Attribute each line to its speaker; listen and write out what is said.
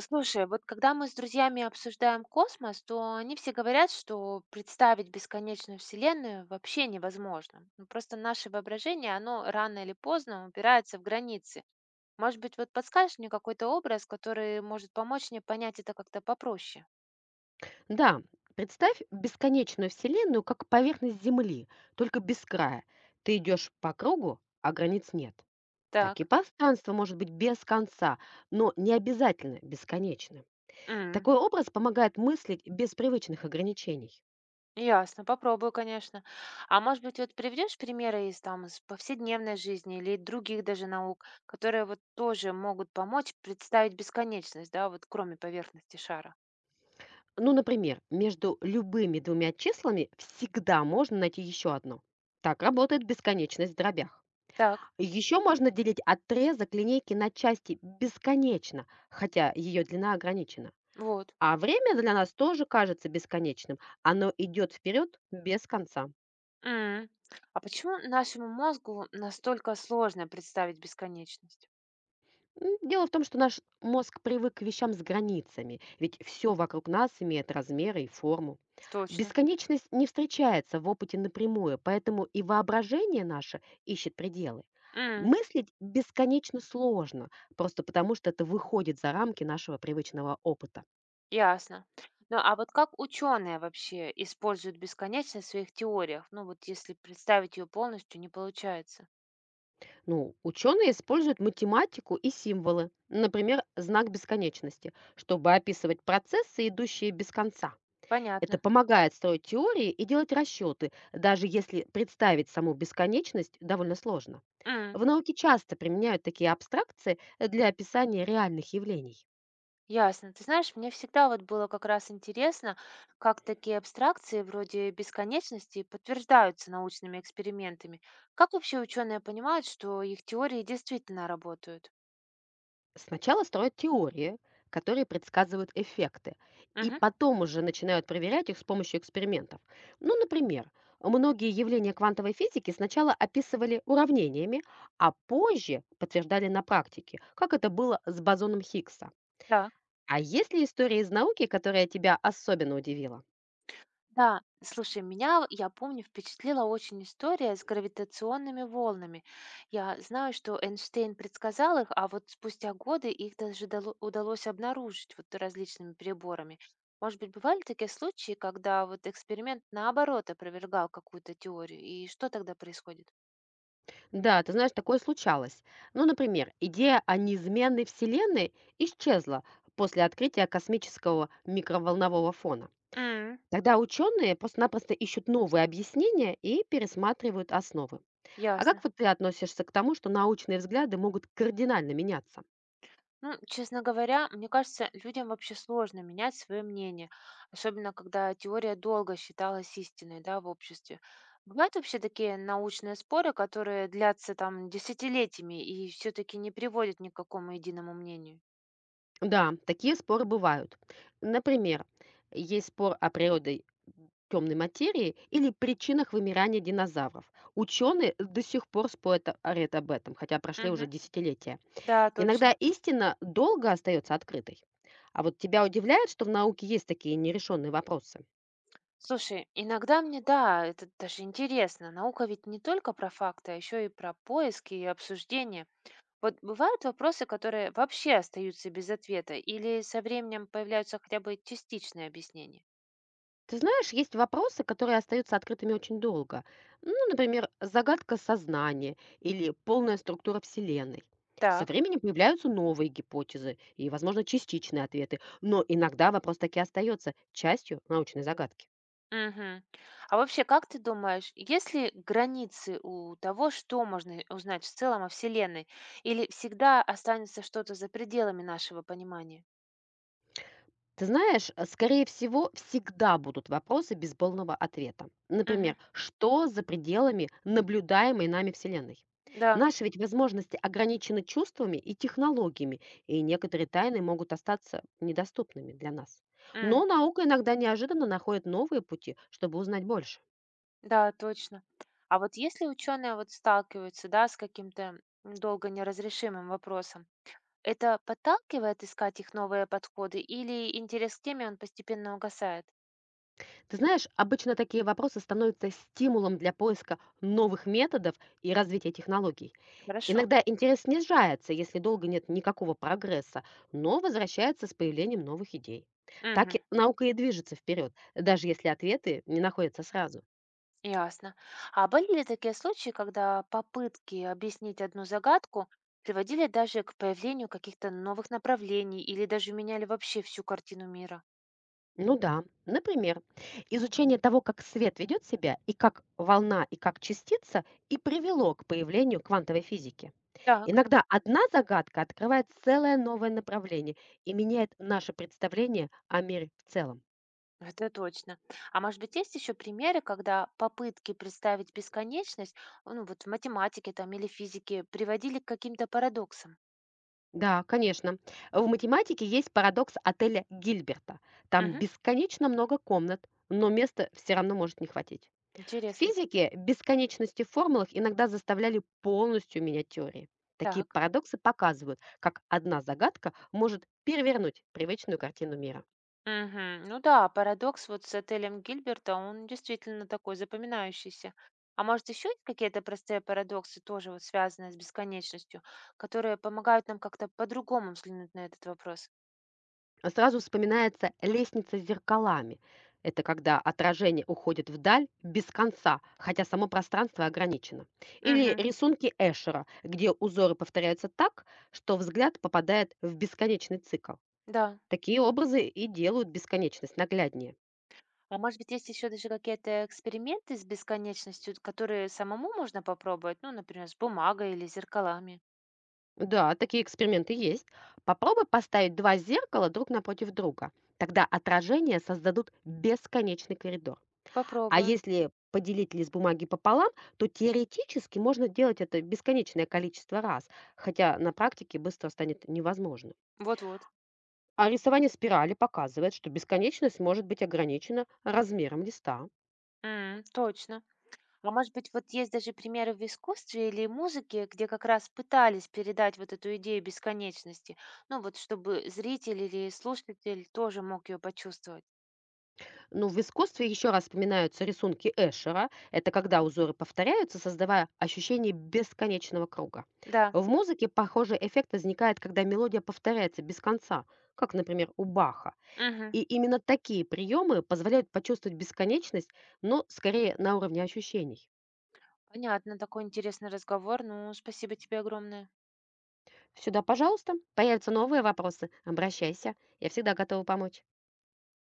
Speaker 1: Слушай, вот когда мы с друзьями обсуждаем космос, то они все говорят, что представить бесконечную Вселенную вообще невозможно. Ну, просто наше воображение, оно рано или поздно упирается в границы. Может быть, вот подскажешь мне какой-то образ, который может помочь мне понять это как-то попроще?
Speaker 2: Да, представь бесконечную Вселенную как поверхность Земли, только без края. Ты идешь по кругу, а границ нет. Так и
Speaker 1: Так.
Speaker 2: пространство может быть без конца, но не обязательно бесконечным.
Speaker 1: М.
Speaker 2: Такой образ помогает мыслить без привычных ограничений.
Speaker 1: Ясно, попробую, конечно. А может быть, вот приведешь примеры из там из повседневной жизни или других даже наук, которые вот тоже могут помочь представить бесконечность, да, вот кроме поверхности шара?
Speaker 2: Ну, например, между любыми двумя числами всегда можно найти еще одно. Так работает бесконечность в дробях.
Speaker 1: Так,
Speaker 2: Еще можно делить отрезок линейки на части бесконечно, хотя ее длина ограничена.
Speaker 1: вот.
Speaker 2: А время для нас тоже кажется бесконечным. Оно идет вперед без конца.
Speaker 1: М. А почему нашему мозгу настолько сложно представить бесконечность?
Speaker 2: Дело в том, что наш мозг привык к вещам с границами, ведь все вокруг нас имеет размеры и форму.
Speaker 1: Точно.
Speaker 2: Бесконечность не встречается в опыте напрямую, поэтому и воображение наше ищет пределы.
Speaker 1: М.
Speaker 2: Мыслить бесконечно сложно, просто потому что это выходит за рамки нашего привычного опыта.
Speaker 1: Ясно. Ну а вот как ученые вообще используют бесконечность в своих теориях? Ну вот если представить ее полностью, не получается.
Speaker 2: Ну, ученые используют математику и символы, например, знак бесконечности, чтобы описывать процессы, идущие без конца. Это
Speaker 1: Понятно.
Speaker 2: помогает строить теории и делать расчеты, даже если представить саму бесконечность довольно сложно.
Speaker 1: М.
Speaker 2: В науке часто применяют такие абстракции для описания реальных явлений.
Speaker 1: Ясно. Ты знаешь, мне всегда вот было как раз интересно, как такие абстракции вроде бесконечности подтверждаются научными экспериментами. Как вообще ученые понимают, что их теории действительно работают?
Speaker 2: Сначала строят теории, которые предсказывают эффекты, и
Speaker 1: Мгм.
Speaker 2: потом уже начинают проверять их с помощью экспериментов. Ну, например, многие явления квантовой физики сначала описывали уравнениями, а позже подтверждали на практике, как это было с бозоном Хиггса.
Speaker 1: Так.
Speaker 2: А есть ли история из науки, которая тебя особенно удивила?
Speaker 1: Да, слушай, меня, вот, я помню, впечатлила очень история с гравитационными волнами. Я знаю, что Эйнштейн предсказал их, а вот спустя годы их даже удалось обнаружить вот различными приборами. Может быть, бывали такие случаи, когда вот эксперимент наоборот опровергал какую-то теорию, и что тогда происходит?
Speaker 2: Да, ты знаешь, такое случалось. Ну, например, идея о неизменной Вселенной исчезла после открытия космического микроволнового фона.
Speaker 1: М.
Speaker 2: Тогда ученые просто-напросто ищут новые объяснения и пересматривают основы. А как
Speaker 1: Ясно.
Speaker 2: вот ты относишься к тому, что научные взгляды могут кардинально меняться?
Speaker 1: Ну, честно говоря, мне кажется, людям вообще сложно менять свое мнение, особенно когда теория долго считалась истиной, да, в обществе. Бывают вообще такие научные споры, которые длятся там десятилетиями и все-таки не приводят ни к какому единому мнению.
Speaker 2: Да, такие споры бывают. Например, есть спор о природе темной материи или причинах вымирания динозавров. Ученые до сих пор спорят о- орят об этом, хотя прошли уже
Speaker 1: Мгм.
Speaker 2: десятилетия.
Speaker 1: Да,
Speaker 2: Иногда
Speaker 1: точно.
Speaker 2: истина долго остается открытой. А вот тебя удивляет, что в науке есть такие нерешенные вопросы?
Speaker 1: Слушай, иногда мне, да, это даже интересно. Наука ведь не только про факты, а еще и про поиски и обсуждения. Вот бывают вопросы, которые вообще остаются без ответа, или со временем появляются хотя бы частичные объяснения?
Speaker 2: Ты знаешь, есть вопросы, которые остаются открытыми очень долго. Ну, например, загадка сознания или полная структура Вселенной. Со
Speaker 1: Так.
Speaker 2: временем появляются новые гипотезы и, возможно, частичные ответы, но иногда вопрос таки остается частью научной загадки.
Speaker 1: Мгм. А вообще, как ты думаешь, есть ли границы у того, что можно узнать в целом о Вселенной, или всегда останется что-то за пределами нашего понимания?
Speaker 2: Ты знаешь, скорее всего, всегда будут вопросы без полного ответа.
Speaker 1: Мгм.
Speaker 2: Например, что за пределами наблюдаемой нами Вселенной?
Speaker 1: Да.
Speaker 2: Наши ведь возможности ограничены чувствами и технологиями, и некоторые тайны могут остаться недоступными для нас.
Speaker 1: М.
Speaker 2: Но наука иногда неожиданно находит новые пути, чтобы узнать больше.
Speaker 1: Да, точно. А вот если ученые вот сталкиваются, да, с каким-то долго неразрешимым вопросом, это подталкивает искать их новые подходы или интерес к теме он постепенно угасает?
Speaker 2: Ты знаешь, обычно такие вопросы становятся стимулом для поиска новых методов и развития технологий.
Speaker 1: Хорошо.
Speaker 2: Иногда интерес снижается, если долго нет никакого прогресса, но возвращается с появлением новых идей. Так
Speaker 1: Мгм.
Speaker 2: и- наука и движется вперед, даже если ответы не находятся сразу.
Speaker 1: Ясно. А были ли такие случаи, когда попытки объяснить одну загадку приводили даже к появлению каких-то новых направлений или даже меняли вообще всю картину мира?
Speaker 2: Ну да, например, изучение того, как свет ведет себя, и как волна, и как частица, и привело к появлению квантовой физики.
Speaker 1: Так,
Speaker 2: Иногда одна загадка открывает целое новое направление и меняет наше представление о мире в целом.
Speaker 1: это точно. А может быть, есть еще примеры, когда попытки представить бесконечность, ну вот в математике там или физике, приводили к каким-то парадоксам?
Speaker 2: Да, конечно. В математике есть парадокс отеля Гильберта. Там
Speaker 1: Мгм.
Speaker 2: бесконечно много комнат, но места все равно может не хватить. В
Speaker 1: Интересно.
Speaker 2: физике бесконечности в формулах иногда заставляли полностью менять теории. Такие
Speaker 1: Так.
Speaker 2: парадоксы показывают, как одна загадка может перевернуть привычную картину мира.
Speaker 1: Мгм. Ну да, парадокс вот с отелем Гильберта, он действительно такой запоминающийся. А может, еще есть какие-то простые парадоксы, тоже вот связанные с бесконечностью, которые помогают нам как-то по-другому взглянуть на этот вопрос?
Speaker 2: А сразу вспоминается лестница с зеркалами. Это когда отражение уходит вдаль без конца, хотя само пространство ограничено. Или
Speaker 1: Мгм.
Speaker 2: рисунки Эшера, где узоры повторяются так, что взгляд попадает в бесконечный цикл.
Speaker 1: Да.
Speaker 2: Такие образы и делают бесконечность нагляднее.
Speaker 1: А может быть, есть еще даже какие-то эксперименты с бесконечностью, которые самому можно попробовать, ну, например, с бумагой или зеркалами?
Speaker 2: Да, такие эксперименты есть. Попробуй поставить два зеркала друг напротив друга. Тогда отражения создадут бесконечный коридор. А
Speaker 1: Попробую.
Speaker 2: если поделить лист бумаги пополам, то теоретически можно делать это бесконечное количество раз, хотя на практике быстро станет невозможно.
Speaker 1: Вот-вот.
Speaker 2: А рисование спирали показывает, что бесконечность может быть ограничена размером листа.
Speaker 1: М, точно. А может быть, вот есть даже примеры в искусстве или музыке, где как раз пытались передать вот эту идею бесконечности, ну вот чтобы зритель или слушатель тоже мог ее почувствовать.
Speaker 2: Но в искусстве еще раз вспоминаются рисунки Эшера. Это когда узоры повторяются, создавая ощущение бесконечного круга.
Speaker 1: Да,
Speaker 2: В музыке похожий эффект возникает, когда мелодия повторяется без конца, как, например, у Баха.
Speaker 1: мгм.
Speaker 2: И именно такие приемы позволяют почувствовать бесконечность, но скорее на уровне ощущений.
Speaker 1: Понятно, такой интересный разговор. Ну, спасибо тебе огромное.
Speaker 2: Сюда, пожалуйста, появятся новые вопросы, обращайся, я всегда готова помочь.